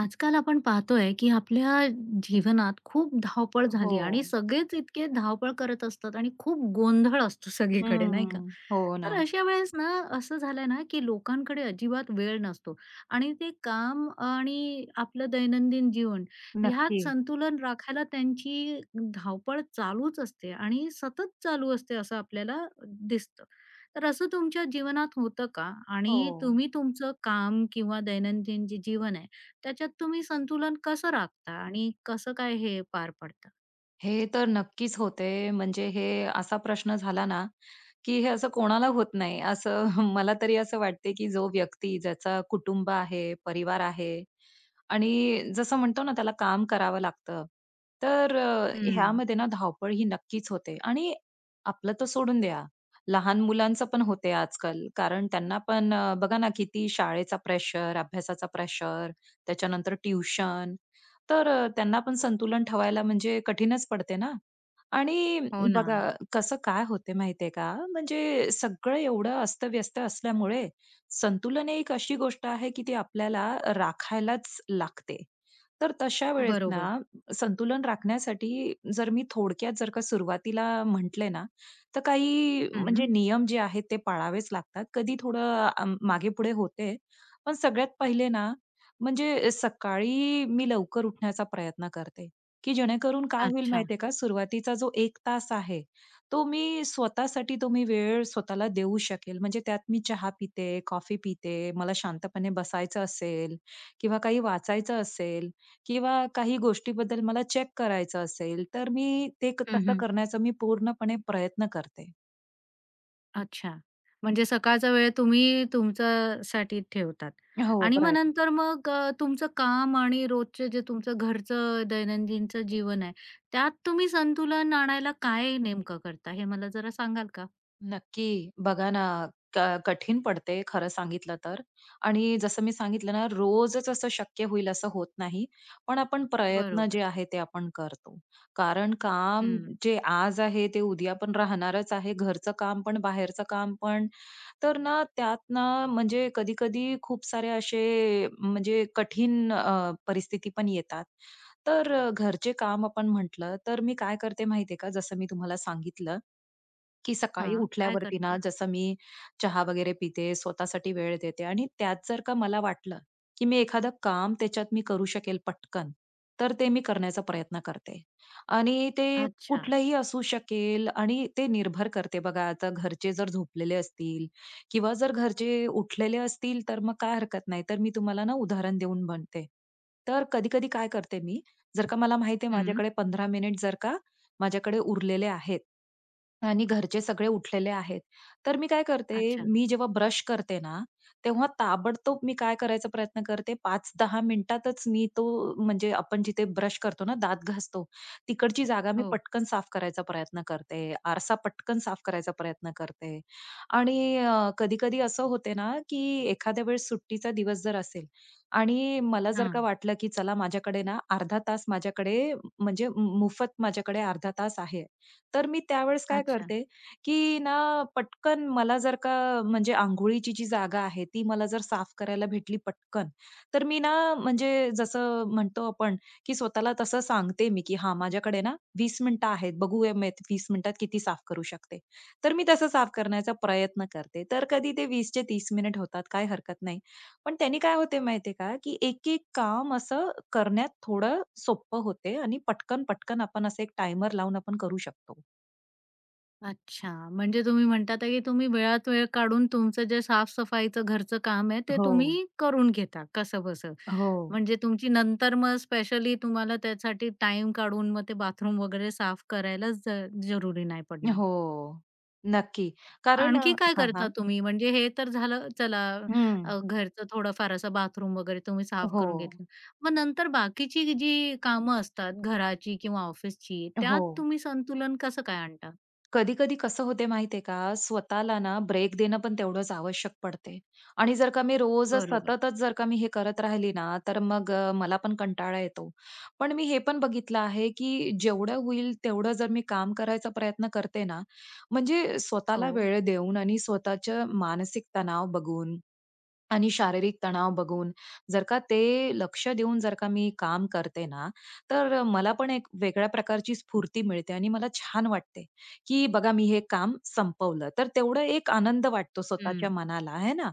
आजकाल आपण पाहतोय, की आपल्या जीवनात खूप धावपळ हो. झाली आणि सगळेच इतके धावपळ करत असतात आणि खूप गोंधळ असतो सगळीकडे, नाही का? हं. हो ना. तर अशा वेळेस ना, असं झालंय ना, की लोकांकडे अजिबात वेळ नसतो आणि ते काम आणि आपलं दैनंदिन जीवन ह्यात नक्की. संतुलन राखायला त्यांची धावपळ चालूच असते आणि सतत चालू असते असं आपल्याला दिसतं. तर असं तुमच्या जीवनात होतं का? हो. आणि तुम्ही तुमचं काम किंवा दैनंदिन जे जीवन आहे त्याच्यात तुम्ही संतुलन कसं राखता आणि कसं काय हे पार पडता? हे तर नक्कीच होते. म्हणजे हे असा प्रश्न झाला ना, की हे असं कोणाला होत नाही. असं मला तरी असं वाटते, की जो व्यक्ती ज्याचा कुटुंब आहे, परिवार आहे आणि जसं म्हणतो ना त्याला काम करावं लागतं. तर अ, हं. ह्यामध्ये ना धावपळ ही नक्कीच होते आणि आपलं तर सोडून द्या. लहान मुलांचं पण होते आजकाल. कारण त्यांना पण बघा ना किती शाळेचा प्रेशर, अभ्यासाचा प्रेशर, त्याच्यानंतर ट्युशन, त्यांना पण संतुलन ठेवायला म्हणजे कठीणच पडते ना. आणि हो ना. बघा, कसं काय होते माहितीये का, म्हणजे सगळं एवढं अस्तव्यस्त असल्यामुळे संतुलन ही एक अशी गोष्ट आहे, की ती आपल्याला राखायलाच लागते. तर तशा वेळेस ना, बरोबर. संतुलन राखण्यासाठी जर मी थोडक्यात जर का सुरुवातीला म्हटले ना, तर काही हं. म्हणजे नियम जे आहेत ते पाळावेच लागतात. कधी थोडं मागे-पुढे होते. पण सगळ्यात पहिले ना, म्हणजे सकाळी मी लवकर उठण्याचा प्रयत्न करते. की जेणेकरून काय होईल अच्छा. माहितीये का, सुरुवातीचा जो 1 तास आहे, तो मी वेळ स्वतःला देऊ शकेल. म्हणजे त्यात मी चहा पिते, कॉफी पिते, मला शांतपणे बसायचं असेल किंवा काही वाचायचं असेल किंवा काही गोष्टीबद्दल मला चेक करायचं असेल, तर मी हं, तसं हं. करण्याचा मी पूर्णपणे प्रयत्न करते. अच्छा. म्हणजे सकाळचा वेळ तुम्ही तुमच्यासाठी ठेवतात हो, आणि मग प्रयत्न. नंतर मग तुमचं काम आणि रोजचं जे तुमचं घरचं दैनंदिनचं जीवन आहे, त्यात तुम्ही संतुलन आणायला काय नेमकं करता? हे मला जरा सांगाल का? नक्की. बघा ना, कठीण पडते खरं सांगितलं तर. आणि जसं मी सांगितलं ना, रोजच असं शक्य होईल असं होत नाही. पण आपण प्रयत्न जे बरोबर. आहे ते आपण करतो. कारण काम हं. जे आज आहे ते उद्या पण राहणारच आहे. घरचं काम पण, बाहेरचं काम पण. तर ना त्यात ना म्हणजे कधी-कधी खूप सारे असे म्हणजे कठीण परिस्थिती पण येतात. घरचे काम आपण म्हटलं, तर मी काय करते माहिती का, जसं मी तुम्हाला सांगितलं, की सकाळी हां. काय उठल्यावरती ना करता? जसं मी चहा वगैरे पिते, स्वतःसाठी वेळ देते आणि त्यात जर का मला वाटलं, की मी एखादं काम त्याच्यात मी करू शकेल पटकन, तर ते मी करण्याचा प्रयत्न करते. आणि ते अच्छा. कुठलंही असू शकेल आणि ते निर्भर करते, बघा आता घरचे जर झोपलेले असतील किंवा जर घरचे उठलेले असतील, तर मग काय हरकत नाही. तर मी तुम्हाला ना उदाहरण देऊन म्हणते. तर कधी-कधी काय करते मी, जर का मला माहिती हं. माझ्याकडे 15 मिनिट जर का माझ्याकडे उरलेले आहेत, आणि घरचे सगळे उठलेले आहेत. तर मी काय करते, अच्छा. मी जेव्हा ब्रश करते ना, तेव्हा ताबडतोब मी काय करायचा प्रयत्न करते, 5-10 मिनिटातच मी तो, म्हणजे आपण जिथे ब्रश करतो ना, दात घासतो, तिकडची जागा मी हो. पटकन साफ करायचा प्रयत्न करते. आरसा पटकन साफ करायचा प्रयत्न करते. आणि कधी-कधी असं होते ना, की एखाद्या वेळेस सुट्टीचा दिवस जर असेल आणि मला जर का हां. वाटलं, की चला माझ्याकडे ना अर्धा तास माझ्याकडे, म्हणजे मोफत माझ्याकडे अर्धा तास आहे. तर मी त्यावेळेस काय अच्छा. करते, की ना पटकन मला जर का, म्हणजे अंघोळीची जी जागा आहे, ती मला जर साफ करायला भेटली पटकन, तर मी ना, म्हणजे जसं म्हणतो आपण, की स्वतःला तसं सांगते मी, की "हां, माझ्याकडे ना 20 मिनिटं आहेत. बघूया मी 20 मिनिटात किती साफ करू शकते." तर मी तसं साफ करण्याचा प्रयत्न करते. तर कधी ते 20चे 30 मिनिट होतात, काही हरकत नाही. पण त्यांनी काय होते माहितीये का, की एक-एक काम असं करण्यात थोडं सोपं होते आणि पटकन-पटकन आपण असं एक टायमर लावून आपण करू शकतो. अच्छा. म्हणजे तुम्ही म्हणतात आहे, की तुम्ही वेळात वेळ काढून तुमचं जे साफ-सफाईचं घरचं काम आहे, ते हो, तुम्ही करून घेता कसंबसं. हो, म्हणजे तुमची नंतर मग स्पेशली तुम्हाला त्यासाठी टाईम काढून मग ते बाथरूम वगैरे साफ करायला जरुरी नाही पडणार. हो. नक्की. कारण अ आणखी काय हां, हां. करता तुम्ही? म्हणजे हे तर झालं चला हं. घरचं थोडंफार असं बाथरूम वगैरे तुम्ही साफ करून हो, घेतलं. मग नंतर बाकीची जी कामं असतात घराची किंवा ऑफिसची, त्यात हो. तुम्ही संतुलन कसं काय आणता? कधी-कधी कसं होते माहितीये का, स्वतःला ना ब्रेक देणं पण तेवढंच आवश्यक पडते. आणि जर का मी रोजच बरोबर. सततच जर का मी हे करत राहिली ना, तर मग मला पण कंटाळा येतो. पण मी हे पण बघितलं आहे, की जेवढं होईल तेवढं जर मी काम करायचा प्रयत्न करते ना, म्हणजे हो. स्वतःला वेळ देऊन आणि स्वतःचं मानसिक तणाव बघून आणि शारीरिक तणाव बघून, जर का ते लक्ष देऊन जर का मी काम करते ना, तर मला पण एक वेगळ्या प्रकारची स्फूर्ती मिळते आणि मला छान वाटते, की बघा मी हे काम संपवलं. तर तेवढं एक आनंद वाटतो स्वतःच्या हं. मनाला, है ना?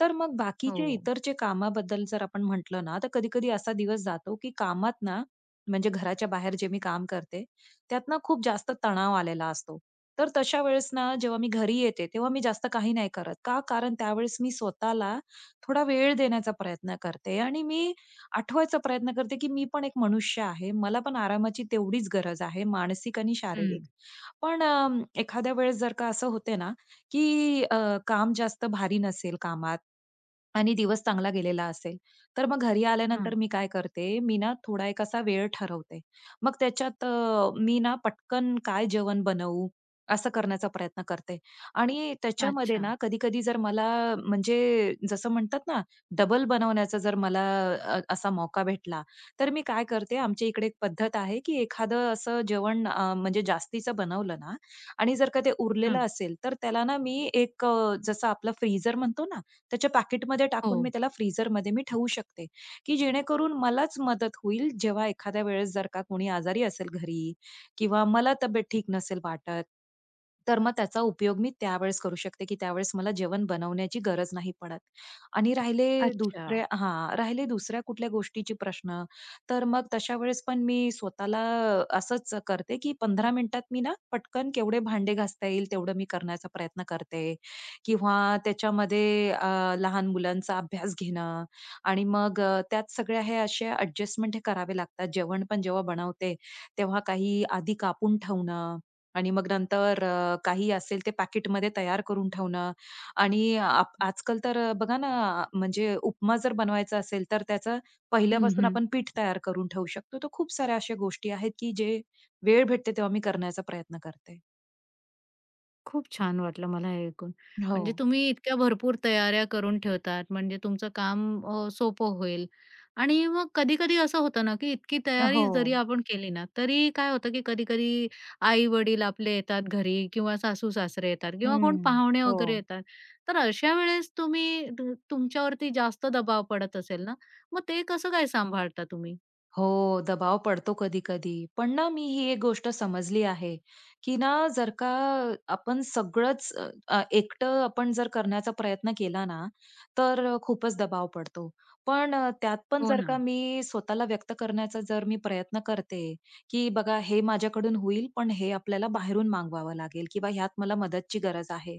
तर मग बाकीचे हो. इतरचे कामाबद्दल जर आपण म्हटलं ना, तर कधी-कधी असा दिवस जातो, की कामात ना, म्हणजे घराच्या बाहेर जे मी काम करते, त्यात ना खूप जास्त तणाव आलेला असतो. तर तशा वेळेस ना जेव्हा मी घरी येते, तेव्हा मी जास्त काही नाही करत. का? कारण त्यावेळेस मी स्वतःला थोडा वेळ देण्याचा प्रयत्न करते आणि मी आठवायचा प्रयत्न करते, की मी पण एक मनुष्य आहे. मला पण आरामाची तेवढीच गरज आहे, मानसिक आणि शारीरिक. हं, पण अ, एखाद्या वेळेस जर का असं होते ना, की काम जास्त भारी नसेल कामात आणि दिवस चांगला गेलेला असेल, तर मग घरी आल्यानंतर हां. मी काय करते, मी ना थोडा एक असा वेळ ठरवते. मग त्याच्यात मी ना पटकन काय जेवण बनवू, असं करण्याचा प्रयत्न करते. आणि त्याच्यामध्ये अच्छा. ना कधी-कधी जर मला, म्हणजे जसं म्हणतात ना, डबल बनवण्याचा जर मला असा मौका भेटला, तर मी काय करते, आमच्या इकडे एक पद्धत आहे, की एखादं असं जेवण म्हणजे जास्तीचं बनवलं ना आणि जर का ते उरलेलं हां. असेल, तर त्याला ना मी एक जसं आपलं फ्रीझर म्हणतो ना, त्याच्या पॅकेटमध्ये हो. टाकून मी त्याला फ्रीझरमध्ये मी ठेवू शकते, की जेणेकरून मलाच मदत होईल, जेव्हा एखाद्या वेळेस जर का कोणी आजारी असेल घरी किंवा मला तब्येत ठीक नसेल वाटत, तर मग त्याचा उपयोग मी त्यावेळेस करू शकते, की त्यावेळेस मला जेवण बनवण्याची गरज नाही पडत. आणि राहिले अच्छा. दुसरे, हां, राहिले दुसऱ्या कुठल्या गोष्टीचे प्रश्न, तर मग तशा वेळेस पण मी स्वतःला असंच करते, की पंधरा मिनिटात मी ना पटकन केवढे भांडे घासता येईल तेवढं मी करण्याचा प्रयत्न करते किंवा त्याच्यामध्ये लहान मुलांचा अभ्यास घेणं आणि मग त्यात सगळ्या हे अशा ॲडजस्टमेंट हे करावे लागतात. जेवण पण जेव्हा बनवते तेव्हा काही आधी कापून ठेवणं आणि मग नंतर काही असेल ते पॅकेटमध्ये तयार करून ठेवणं आणि आजकाल तर बघा ना, म्हणजे उपमा जर बनवायचा असेल, तर त्याचं हं, पहिल्यापासून हं. आपण पीठ तयार करून ठेवू शकतो. तर खूप साऱ्या अशा गोष्टी आहेत, की जे वेळ भेटते तेव्हा मी करण्याचा प्रयत्न करते. खूप छान वाटलं मला हे ऐकून. हो. म्हणजे तुम्ही इतक्या भरपूर तयाऱ्या करून ठेवतात, म्हणजे तुमचं काम सोपं होईल. आणि मग कधी-कधी असं होतं ना, की इतकी हो. तयारी जरी आपण केली ना, तरी काय होतं, की कधी-कधी आई-वडील आपले येतात घरी किंवा सासू-सासरे येतात किंवा कोण हं. पाहुणे हो. वगैरे येतात. तर अशा वेळेस तुम्ही तुमच्यावरती जास्त दबाव पडत असेल ना, मग ते कसं काय सांभाळता तुम्ही? हो, दबाव पडतो कधी-कधी. पण ना मी ही एक गोष्ट समजली आहे, की ना जर का आपण सगळंच अ, अ, एकटं आपण जर करण्याचा प्रयत्न केला ना, तर खूपच दबाव पडतो. त्यात पण हो जर का ना. मी स्वतःला व्यक्त करण्याचा जर मी प्रयत्न करते, की बघा हे माझ्याकडून होईल, पण हे आपल्याला बाहेरून मागवावं लागेल किंवा ह्यात मला मदतची गरज आहे.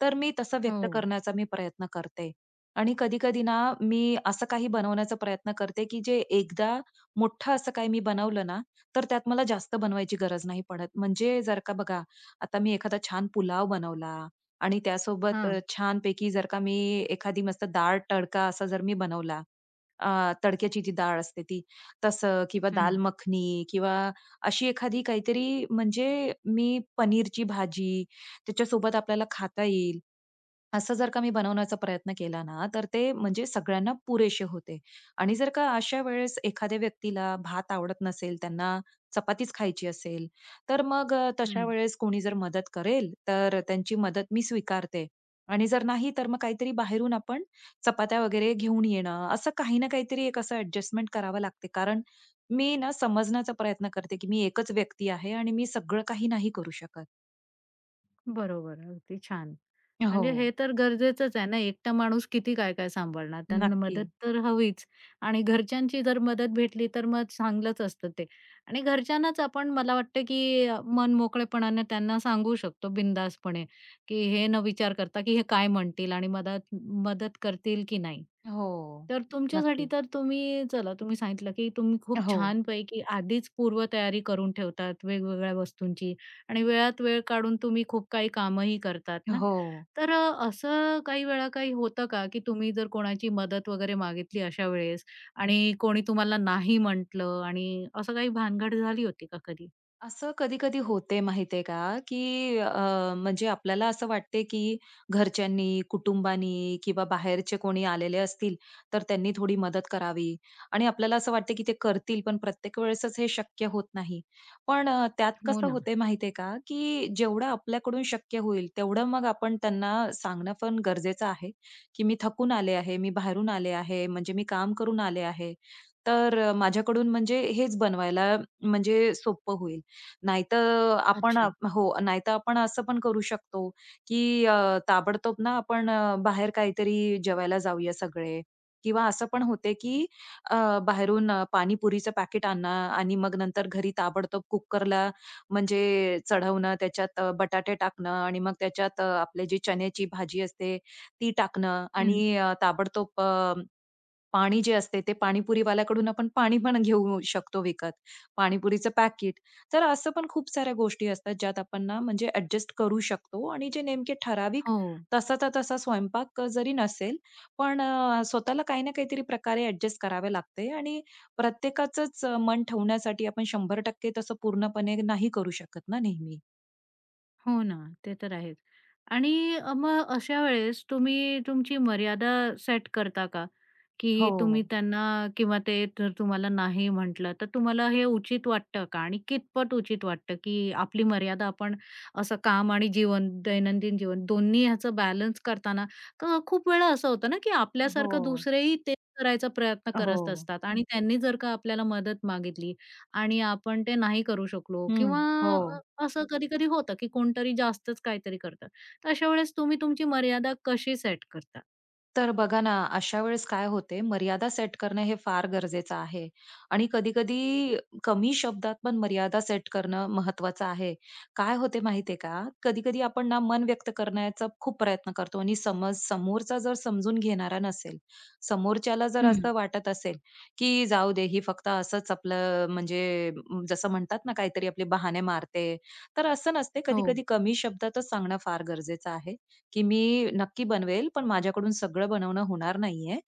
तर मी तसं हो. व्यक्त करण्याचा मी प्रयत्न करते. आणि कधी-कधी ना मी असं काही बनवण्याचा प्रयत्न करते, की जे एकदा मोठं असं काही मी बनवलं ना, तर त्यात मला जास्त बनवायची गरज नाही पडत. म्हणजे जर का बघा, आता मी एखादा छान पुलाव बनवला आणि त्यासोबत हां. छानपैकी जर का मी एखादी मस्त डाळ-तडका असा जर मी बनवला, अ, तडक्याची जी डाळ असते ती, तसं किंवा हं, दाल मखनी किंवा अशी एखादी काहीतरी म्हणजे मी पनीरची भाजी त्याच्यासोबत आपल्याला खाता येईल. असं जर का मी बनवण्याचा प्रयत्न केला ना, तर ते म्हणजे सगळ्यांना पुरेसे होते. आणि जर का अशा वेळेस एखाद्या व्यक्तीला भात आवडत नसेल, त्यांना चपातीच खायची असेल, तर मग तशा हं. वेळेस कोणी जर मदत करेल, तर त्यांची मदत मी स्वीकारते. आणि जर नाही, तर मग काहीतरी बाहेरून आपण चपात्या वगैरे घेऊन येणं, असं काही ना काहीतरी एक असं ॲडजस्टमेंट करावं लागते. कारण मी ना समजण्याचा प्रयत्न करते, की मी एकच व्यक्ती आहे आणि मी सगळं काही नाही करू शकत. बरोबर. अगदी छान. हो. म्हणजे हे तर गरजेचंच आहे ना, एकटा माणूस किती काय-काय सांभाळणार. त्यांना नक्की. मदत तर हवीच आणि घरच्यांची जर मदत भेटली तर मग चांगलंच असतं ते. आणि घरच्यांनाच आपण मला वाटतं, की मनमोकळेपणाने त्यांना सांगू शकतो बिनधास्तपणे, की हे न विचार करता, की हे काय म्हणतील आणि मदत मदत करतील की नाही. हो. तर तुमच्यासाठी नक्की. तर तुम्ही चला तुम्ही सांगितलं, की तुम्ही खूप हो, छानपैकी आधीच पूर्वतयारी करून ठेवतात वेगवेगळ्या वस्तूंची. आणि वेळात वेळ काढून तुम्ही खूप काही कामही करतात ना. हो. तर असं काही वेळा काही होतं का, की तुम्ही जर कोणाची मदत वगैरे मागितली अशा वेळेस आणि कोणी तुम्हाला नाही म्हटलं आणि असं काही भानगड झाली होती का कधी? असं कधी-कधी होते माहितीये का, की म्हणजे आपल्याला असं वाटते, की घरच्यांनी, कुटुंबानी किंवा बाहेरचे कोणी आलेले असतील, तर त्यांनी थोडी मदत करावी आणि आपल्याला असं वाटते, की ते करतील. पण प्रत्येक वेळेसच हे शक्य होत नाही. त्यात हो कसं ना. होते माहितीये का, की जेवढं आपल्याकडून शक्य होईल, तेवढं मग आपण त्यांना सांगणं पण गरजेचं आहे, की मी थकून आले आहे, मी बाहेरून आले आहे, म्हणजे मी काम करून आले आहे. माझ्याकडून म्हणजे हेच बनवायला म्हणजे सोपं होईल. अच्छा. हो, नाहीतर आपण असं पण करू शकतो, की ताबडतोब ना आपण बाहेर काहीतरी जेवायला जाऊया सगळे किंवा असं पण होते, की अ, बाहेरून पाणीपुरीचं पॅकेट आणा आणि मग नंतर घरी ताबडतोब कुकरला म्हणजे चढवणं, त्याच्यात बटाटे टाकणं आणि मग त्याच्यात आपली जी चण्याची भाजी असते ती टाकणं हं. आणि ताबडतोब पाणी जे असते ते पाणीपुरीवाल्याकडून आपण पाणी पण घेऊ शकतो विकत. पाणीपुरीचं पॅकेट. तर असं पण खूप साऱ्या गोष्टी असतात ज्यात आपण ना म्हणजे ॲडजस्ट करू शकतो आणि जे नेमके ठराविक हो, तसाचा तसा स्वयंपाक जरी नसेल, पण स्वतःला काही ना काहीतरी प्रकारे ॲडजस्ट करावे लागते आणि प्रत्येकाचंच मन ठेवण्यासाठी आपण 100% तसं पूर्णपणे नाही करू शकत ना नेहमी. हो ना. ते तर आहेच. आणि मग अशा वेळेस तुम्ही तुमची मर्यादा सेट करता का? की तुम्ही हो, त्यांना किंवा ते जर तुम्हाला नाही म्हटलं, तर तुम्हाला हे उचित वाटतं का? आणि कितपत उचित वाटतं, की आपली मर्यादा आपण असं काम आणि जीवन, दैनंदिन जीवन दोन्ही ह्याचं बॅलन्स करताना खूप वेळा असं होतं ना, की हो, आपल्यासारखं दुसरेही तेच करायचा प्रयत्न करत हो, असतात आणि त्यांनी जर का आपल्याला मदत मागितली आणि आपण ते नाही करू शकलो हं. किंवा हो. असं कधी-कधी होतं, की कोणतरी जास्तच काहीतरी करतं. तर अशा वेळेस तुम्ही तुमची मर्यादा कशी सेट करता? तर बघा ना, अशा वेळेस काय होते, मर्यादा सेट करणं हे फार गरजेचं आहे आणि कधी-कधी कमी शब्दात पण मर्यादा सेट करणं महत्वाचं आहे. काय होते माहिती आहे का, कधी-कधी आपण ना मन व्यक्त करण्याचा खूप प्रयत्न करतो आणि समज समोरचा जर समजून घेणारा नसेल, समोरच्याला जर हं. असं वाटत असेल, की जाऊ दे ही फक्त असंच आपलं म्हणजे जसं म्हणतात ना, काहीतरी आपले बहाने मारते. तर असं नसते, हो. कधी-कधी कमी शब्दातच सांगणं फार गरजेचं आहे. की मी नक्की बनवेल, पण माझ्याकडून सगळं बनवणं होणार नाहीये.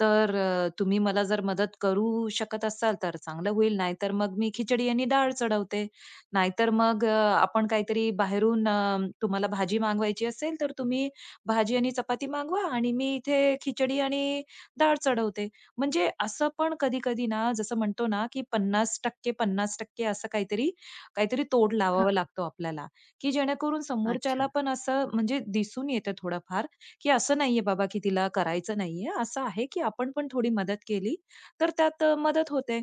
तुम्ही मला जर मदत करू शकत असाल तर चांगलं होईल. नाहीतर मग मी खिचडी आणि डाळ चढवते. नाहीतर मग आपण काहीतरी बाहेरून तुम्हाला भाजी मागवायची असेल, तर तुम्ही भाजी आणि चपाती मागवा आणि मी इथे खिचडी आणि डाळ चढवते. म्हणजे असं पण कधी-कधी ना, जसं म्हणतो ना, की 50% 50% असं काहीतरी, काहीतरी तोड लावावा हां. लागतो आपल्याला. की जेणेकरून समोरच्याला अच्छा. पण असं म्हणजे दिसून येतं थोडंफार, की असं नाहीये बाबा की तिला करायचं नाहीये. असं आहे की आपण पण थोडी मदत केली, तर त्यात मदत होते.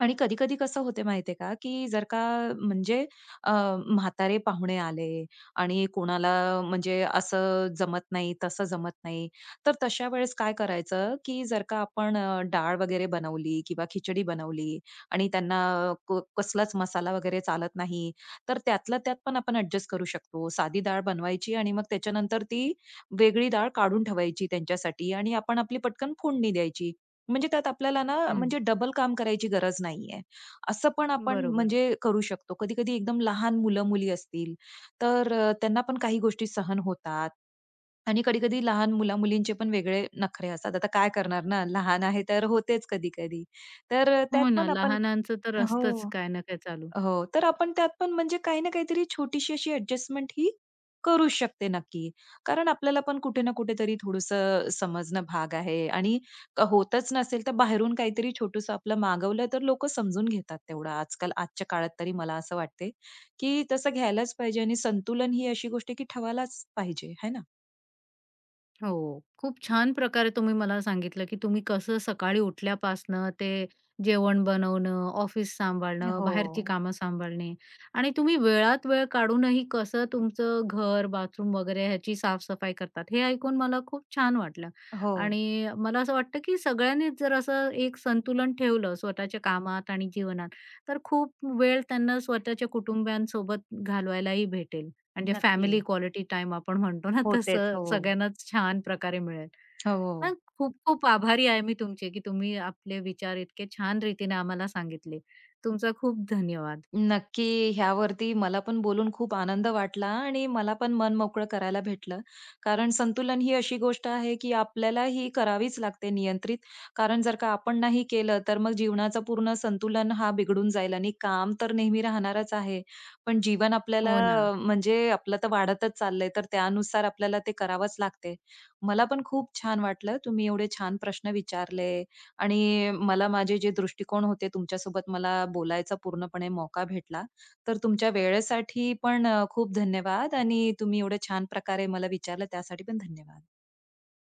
आणि कधी-कधी कसं होते माहितीये का, की जर का म्हणजे अ, म्हातारे पाहुणे आले आणि कोणाला म्हणजे असं जमत नाही, तसं जमत नाही. तर तशा वेळेस काय करायचं, की जर का आपण डाळ वगैरे बनवली किंवा खिचडी बनवली आणि त्यांना कसलाच मसाला वगैरे चालत नाही, तर त्यातल्या त्यात पण आपण ॲडजस्ट करू शकतो. साधी डाळ बनवायची आणि मग त्याच्यानंतर ती वेगळी डाळ काढून ठेवायची त्यांच्यासाठी आणि आपण आपली पटकन फोडणी द्यायची. म्हणजे त्यात आपल्याला ना हं, म्हणजे डबल काम करायची गरज नाहीये. असं पण आपण बरोबर. म्हणजे करू शकतो. कधी-कधी एकदम लहान मुलं-मुली असतील, तर त्यांना पण काही गोष्टी सहन होतात आणि कधी-कधी लहान मुला-मुलींचे पण वेगळे नखरे असतात. आता काय करणार ना, लहान आहे तर होतेच कधी-कधी. त्यात हो ना, पण आपण लहानांचं तर असतंच हो. काय ना काय चालू. हो, तर आपण त्यात पण म्हणजे काही ना काहीतरी छोटीशी अशी ॲडजस्टमेंट ही करू शकते नक्की. कारण आपल्याला पण कुठे ना कुठेतरी थोडंसं समजणं भाग आहे आणि होतच नसेल तर बाहेरून काहीतरी छोटंसं आपलं मागवलं तर लोकं समजून घेतात तेवढं. आजकाल आजच्या काळात तरी मला असं वाटते, की तसं घ्यायलाच पाहिजे आणि संतुलन ही अशी गोष्ट आहे की ठेवायलाच पाहिजे, है ना? हो. खूप छान प्रकारे तुम्ही मला सांगितलं, की तुम्ही कसं सकाळी उठल्यापासनं ते जेवण बनवणं, ऑफिस सांभाळणं, हो. बाहेरची कामं सांभाळणे आणि तुम्ही वेळात वेळ काढूनही कसं तुमचं घर, बाथरूम वगैरे ह्याची साफ-सफाई करतात. हे ऐकून मला खूप छान वाटलं हो. आणि मला असं वाटतं, की सगळ्यांनीच जर असं एक संतुलन ठेवलं स्वतःच्या कामात आणि जीवनात, तर खूप वेळ त्यांना स्वतःच्या कुटुंबियांसोबत घालवायलाही भेटेल. म्हणजे नक्की. फॅमिली क्वालिटी टाईम आपण म्हणतो ना होतेच, तसं हो. सगळ्यांनाच छान प्रकारे मिळेल. हो. मग खूप-खूप आभारी आहे मी तुमचे, की तुम्ही आपले विचार इतके छान रीतीने आम्हाला सांगितले. तुमचा खूप धन्यवाद. नक्की, ह्यावरती मला पण बोलून खूप आनंद वाटला आणि मला पण मन मोकळं करायला भेटलं. कारण संतुलन ही अशी गोष्ट आहे, की आपल्याला ही करावीच लागते नियंत्रित. कारण जर का आपण नाही केलं, तर मग जीवनाचा पूर्ण संतुलन हा बिघडून जाईल आणि काम तर नेहमी राहणारच आहे. पण जीवन आपल्याला हो ना. म्हणजे आपलं तर वाढतच चाललंय, तर त्यानुसार आपल्याला ते करावंच लागते. मला पण खूप छान वाटलं. तुम्ही एवढे छान प्रश्न विचारले आणि मला माझे जे दृष्टिकोन होते तुमच्यासोबत मला बोलायचा पूर्णपणे मौका भेटला. तर तुमच्या वेळेसाठी पण खूप धन्यवाद आणि तुम्ही एवढ्या छान प्रकारे मला विचारलं त्यासाठी पण धन्यवाद.